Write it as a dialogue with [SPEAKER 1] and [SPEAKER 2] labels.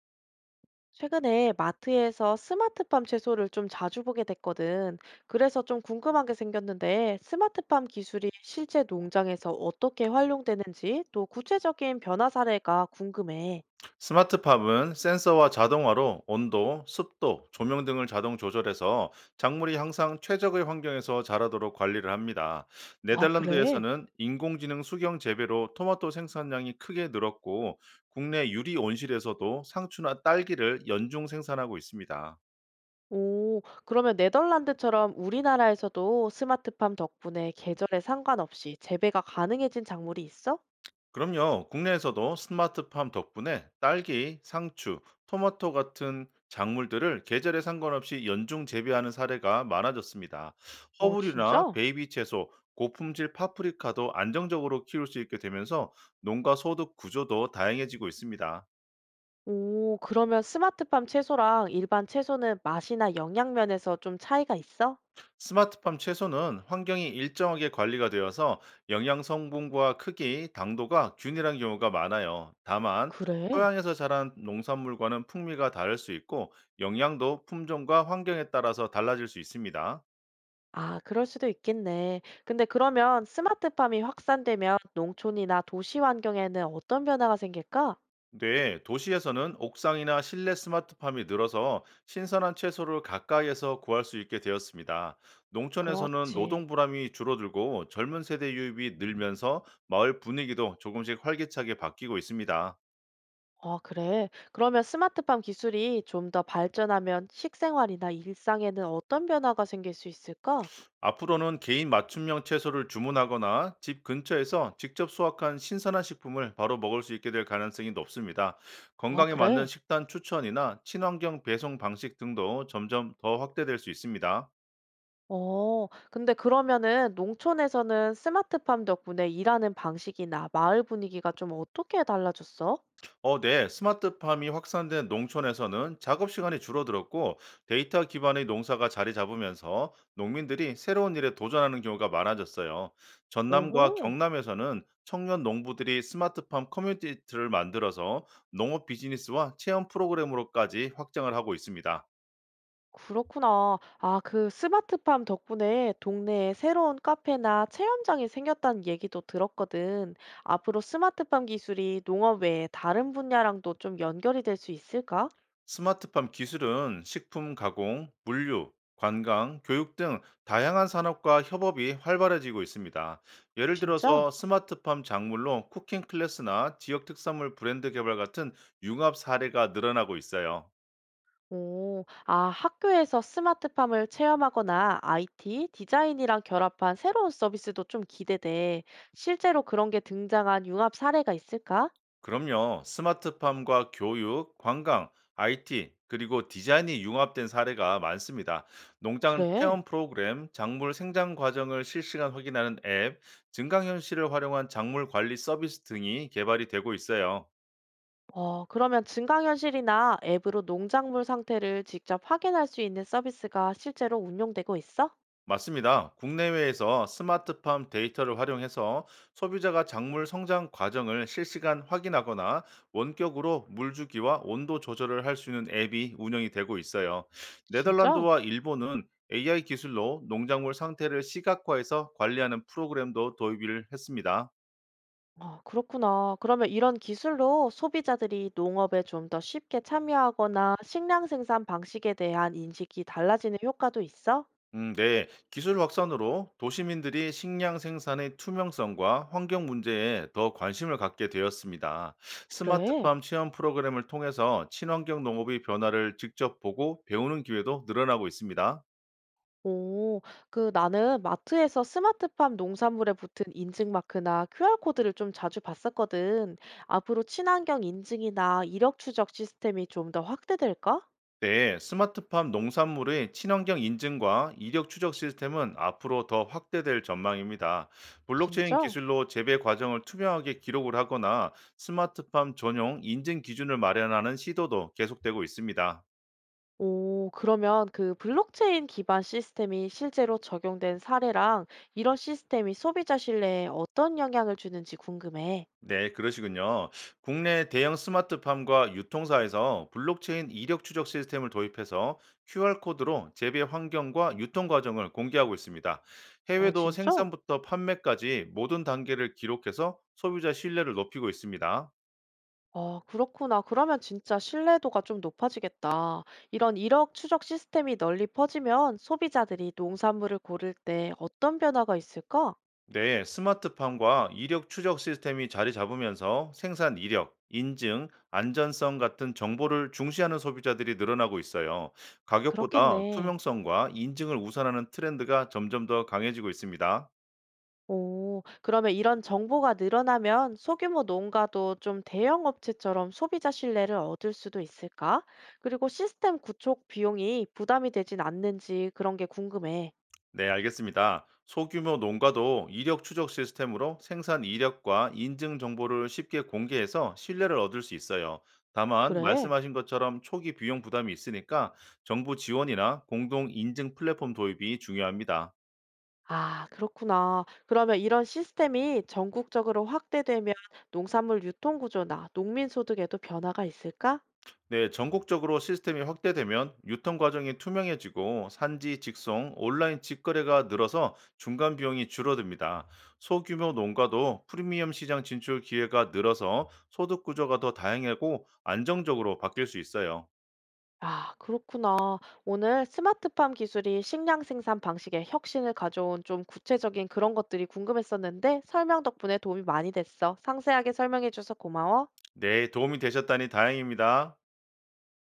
[SPEAKER 1] 최근에 마트에서 스마트팜 채소를 좀 자주 보게 됐거든. 그래서 좀 궁금한 게 생겼는데, 스마트팜 기술이 실제 농장에서 어떻게 활용되는지 또 구체적인 변화 사례가 궁금해.
[SPEAKER 2] 스마트팝은 센서와 자동화로 온도, 습도, 조명 등을 자동 조절해서 작물이 항상 최적의 환경에서 자라도록 관리를 합니다.
[SPEAKER 1] 아, 그래?
[SPEAKER 2] 네덜란드에서는 인공지능 수경 재배로 토마토 생산량이 크게 늘었고 국내 유리 온실에서도 상추나 딸기를 연중 생산하고 있습니다.
[SPEAKER 1] 오, 그러면 네덜란드처럼 우리나라에서도 스마트팜 덕분에 계절에 상관없이 재배가 가능해진 작물이 있어?
[SPEAKER 2] 그럼요. 국내에서도 스마트팜 덕분에 딸기, 상추, 토마토 같은 작물들을 계절에 상관없이 연중 재배하는 사례가 많아졌습니다.
[SPEAKER 1] 어,
[SPEAKER 2] 허브류나
[SPEAKER 1] 진짜?
[SPEAKER 2] 베이비 채소, 고품질 파프리카도 안정적으로 키울 수 있게 되면서 농가 소득 구조도 다양해지고 있습니다.
[SPEAKER 1] 오, 그러면 스마트팜 채소랑 일반 채소는 맛이나 영양 면에서 좀 차이가 있어?
[SPEAKER 2] 스마트팜 채소는 환경이 일정하게 관리가 되어서 영양 성분과 크기, 당도가 균일한 경우가 많아요. 다만
[SPEAKER 1] 그래.
[SPEAKER 2] 토양에서 자란 농산물과는 풍미가 다를 수 있고 영양도 품종과 환경에 따라서 달라질 수 있습니다.
[SPEAKER 1] 아, 그럴 수도 있겠네. 근데 그러면 스마트팜이 확산되면 농촌이나 도시 환경에는 어떤 변화가 생길까?
[SPEAKER 2] 네, 도시에서는 옥상이나 실내 스마트팜이 늘어서 신선한 채소를 가까이에서 구할 수 있게 되었습니다. 농촌에서는
[SPEAKER 1] 그렇지.
[SPEAKER 2] 노동 불담이 줄어들고 젊은 세대 유입이 늘면서 마을 분위기도 조금씩 활기차게 바뀌고 있습니다.
[SPEAKER 1] 아, 그래. 그러면 스마트팜 기술이 좀 더 발전하면 식생활이나 일상에는 어떤 변화가 생길 수 있을까?
[SPEAKER 2] 앞으로는 개인 맞춤형 채소를 주문하거나 집 근처에서 직접 수확한 신선한 식품을 바로 먹을 수 있게 될 가능성이 높습니다.
[SPEAKER 1] 와,
[SPEAKER 2] 건강에 맞는
[SPEAKER 1] 그래.
[SPEAKER 2] 식단 추천이나 친환경 배송 방식 등도 점점 더 확대될 수 있습니다.
[SPEAKER 1] 어, 근데 그러면은 농촌에서는 스마트팜 덕분에 일하는 방식이나 마을 분위기가 좀 어떻게 달라졌어?
[SPEAKER 2] 네. 스마트팜이 확산된 농촌에서는 작업 시간이 줄어들었고 데이터 기반의 농사가 자리 잡으면서 농민들이 새로운 일에 도전하는 경우가 많아졌어요. 전남과
[SPEAKER 1] 오호.
[SPEAKER 2] 경남에서는 청년 농부들이 스마트팜 커뮤니티를 만들어서 농업 비즈니스와 체험 프로그램으로까지 확장을 하고 있습니다.
[SPEAKER 1] 그렇구나. 아, 그 스마트팜 덕분에 동네에 새로운 카페나 체험장이 생겼다는 얘기도 들었거든. 앞으로 스마트팜 기술이 농업 외에 다른 분야랑도 좀 연결이 될 수 있을까?
[SPEAKER 2] 스마트팜 기술은 식품 가공, 물류, 관광, 교육 등 다양한 산업과 협업이 활발해지고 있습니다. 예를
[SPEAKER 1] 진짜?
[SPEAKER 2] 들어서 스마트팜 작물로 쿠킹 클래스나 지역 특산물 브랜드 개발 같은 융합 사례가 늘어나고 있어요.
[SPEAKER 1] 오, 아, 학교에서 스마트팜을 체험하거나 IT, 디자인이랑 결합한 새로운 서비스도 좀 기대돼. 실제로 그런 게 등장한 융합 사례가 있을까?
[SPEAKER 2] 그럼요. 스마트팜과 교육, 관광, IT, 그리고 디자인이 융합된 사례가 많습니다. 농장
[SPEAKER 1] 그래.
[SPEAKER 2] 체험 프로그램, 작물 생장 과정을 실시간 확인하는 앱, 증강현실을 활용한 작물 관리 서비스 등이 개발이 되고 있어요.
[SPEAKER 1] 어, 그러면 증강현실이나 앱으로 농작물 상태를 직접 확인할 수 있는 서비스가 실제로 운용되고 있어?
[SPEAKER 2] 맞습니다. 국내외에서 스마트팜 데이터를 활용해서 소비자가 작물 성장 과정을 실시간 확인하거나 원격으로 물주기와 온도 조절을 할 수 있는 앱이 운영이 되고 있어요.
[SPEAKER 1] 진짜?
[SPEAKER 2] 네덜란드와 일본은 AI 기술로 농작물 상태를 시각화해서 관리하는 프로그램도 도입을 했습니다.
[SPEAKER 1] 아, 그렇구나. 그러면 이런 기술로 소비자들이 농업에 좀 더 쉽게 참여하거나 식량 생산 방식에 대한 인식이 달라지는 효과도 있어?
[SPEAKER 2] 네. 기술 확산으로 도시민들이 식량 생산의 투명성과 환경 문제에 더 관심을 갖게 되었습니다.
[SPEAKER 1] 그래.
[SPEAKER 2] 스마트팜 체험 프로그램을 통해서 친환경 농업의 변화를 직접 보고 배우는 기회도 늘어나고 있습니다.
[SPEAKER 1] 오, 그 나는 마트에서 스마트팜 농산물에 붙은 인증 마크나 QR코드를 좀 자주 봤었거든. 앞으로 친환경 인증이나 이력 추적 시스템이 좀 더 확대될까?
[SPEAKER 2] 네, 스마트팜 농산물의 친환경 인증과 이력 추적 시스템은 앞으로 더 확대될 전망입니다. 블록체인
[SPEAKER 1] 진짜?
[SPEAKER 2] 기술로 재배 과정을 투명하게 기록을 하거나 스마트팜 전용 인증 기준을 마련하는 시도도 계속되고 있습니다.
[SPEAKER 1] 오, 그러면 그 블록체인 기반 시스템이 실제로 적용된 사례랑 이런 시스템이 소비자 신뢰에 어떤 영향을 주는지 궁금해.
[SPEAKER 2] 네, 그러시군요. 국내 대형 스마트팜과 유통사에서 블록체인 이력 추적 시스템을 도입해서 QR코드로 재배 환경과 유통 과정을 공개하고 있습니다.
[SPEAKER 1] 어,
[SPEAKER 2] 해외도
[SPEAKER 1] 진짜?
[SPEAKER 2] 생산부터 판매까지 모든 단계를 기록해서 소비자 신뢰를 높이고 있습니다.
[SPEAKER 1] 아, 그렇구나. 그러면 진짜 신뢰도가 좀 높아지겠다. 이런 일억 추적 시스템이 널리 퍼지면 소비자들이 농산물을 고를 때 어떤 변화가 있을까?
[SPEAKER 2] 네, 스마트팜과 이력 추적 시스템이 자리 잡으면서 생산 이력, 인증, 안전성 같은 정보를 중시하는 소비자들이 늘어나고 있어요. 가격보다
[SPEAKER 1] 그렇겠네.
[SPEAKER 2] 투명성과 인증을 우선하는 트렌드가 점점 더 강해지고 있습니다.
[SPEAKER 1] 오, 그러면 이런 정보가 늘어나면 소규모 농가도 좀 대형 업체처럼 소비자 신뢰를 얻을 수도 있을까? 그리고 시스템 구축 비용이 부담이 되진 않는지 그런 게 궁금해.
[SPEAKER 2] 네, 알겠습니다. 소규모 농가도 이력 추적 시스템으로 생산 이력과 인증 정보를 쉽게 공개해서 신뢰를 얻을 수 있어요. 다만,
[SPEAKER 1] 그래?
[SPEAKER 2] 말씀하신 것처럼 초기 비용 부담이 있으니까 정부 지원이나 공동 인증 플랫폼 도입이 중요합니다.
[SPEAKER 1] 아, 그렇구나. 그러면 이런 시스템이 전국적으로 확대되면 농산물 유통 구조나 농민 소득에도 변화가 있을까?
[SPEAKER 2] 네, 전국적으로 시스템이 확대되면 유통 과정이 투명해지고 산지 직송, 온라인 직거래가 늘어서 중간 비용이 줄어듭니다. 소규모 농가도 프리미엄 시장 진출 기회가 늘어서 소득 구조가 더 다양하고 안정적으로 바뀔 수 있어요.
[SPEAKER 1] 아, 그렇구나. 오늘 스마트팜 기술이 식량 생산 방식에 혁신을 가져온 좀 구체적인 그런 것들이 궁금했었는데 설명 덕분에 도움이 많이 됐어. 상세하게 설명해줘서 고마워.
[SPEAKER 2] 네, 도움이 되셨다니 다행입니다.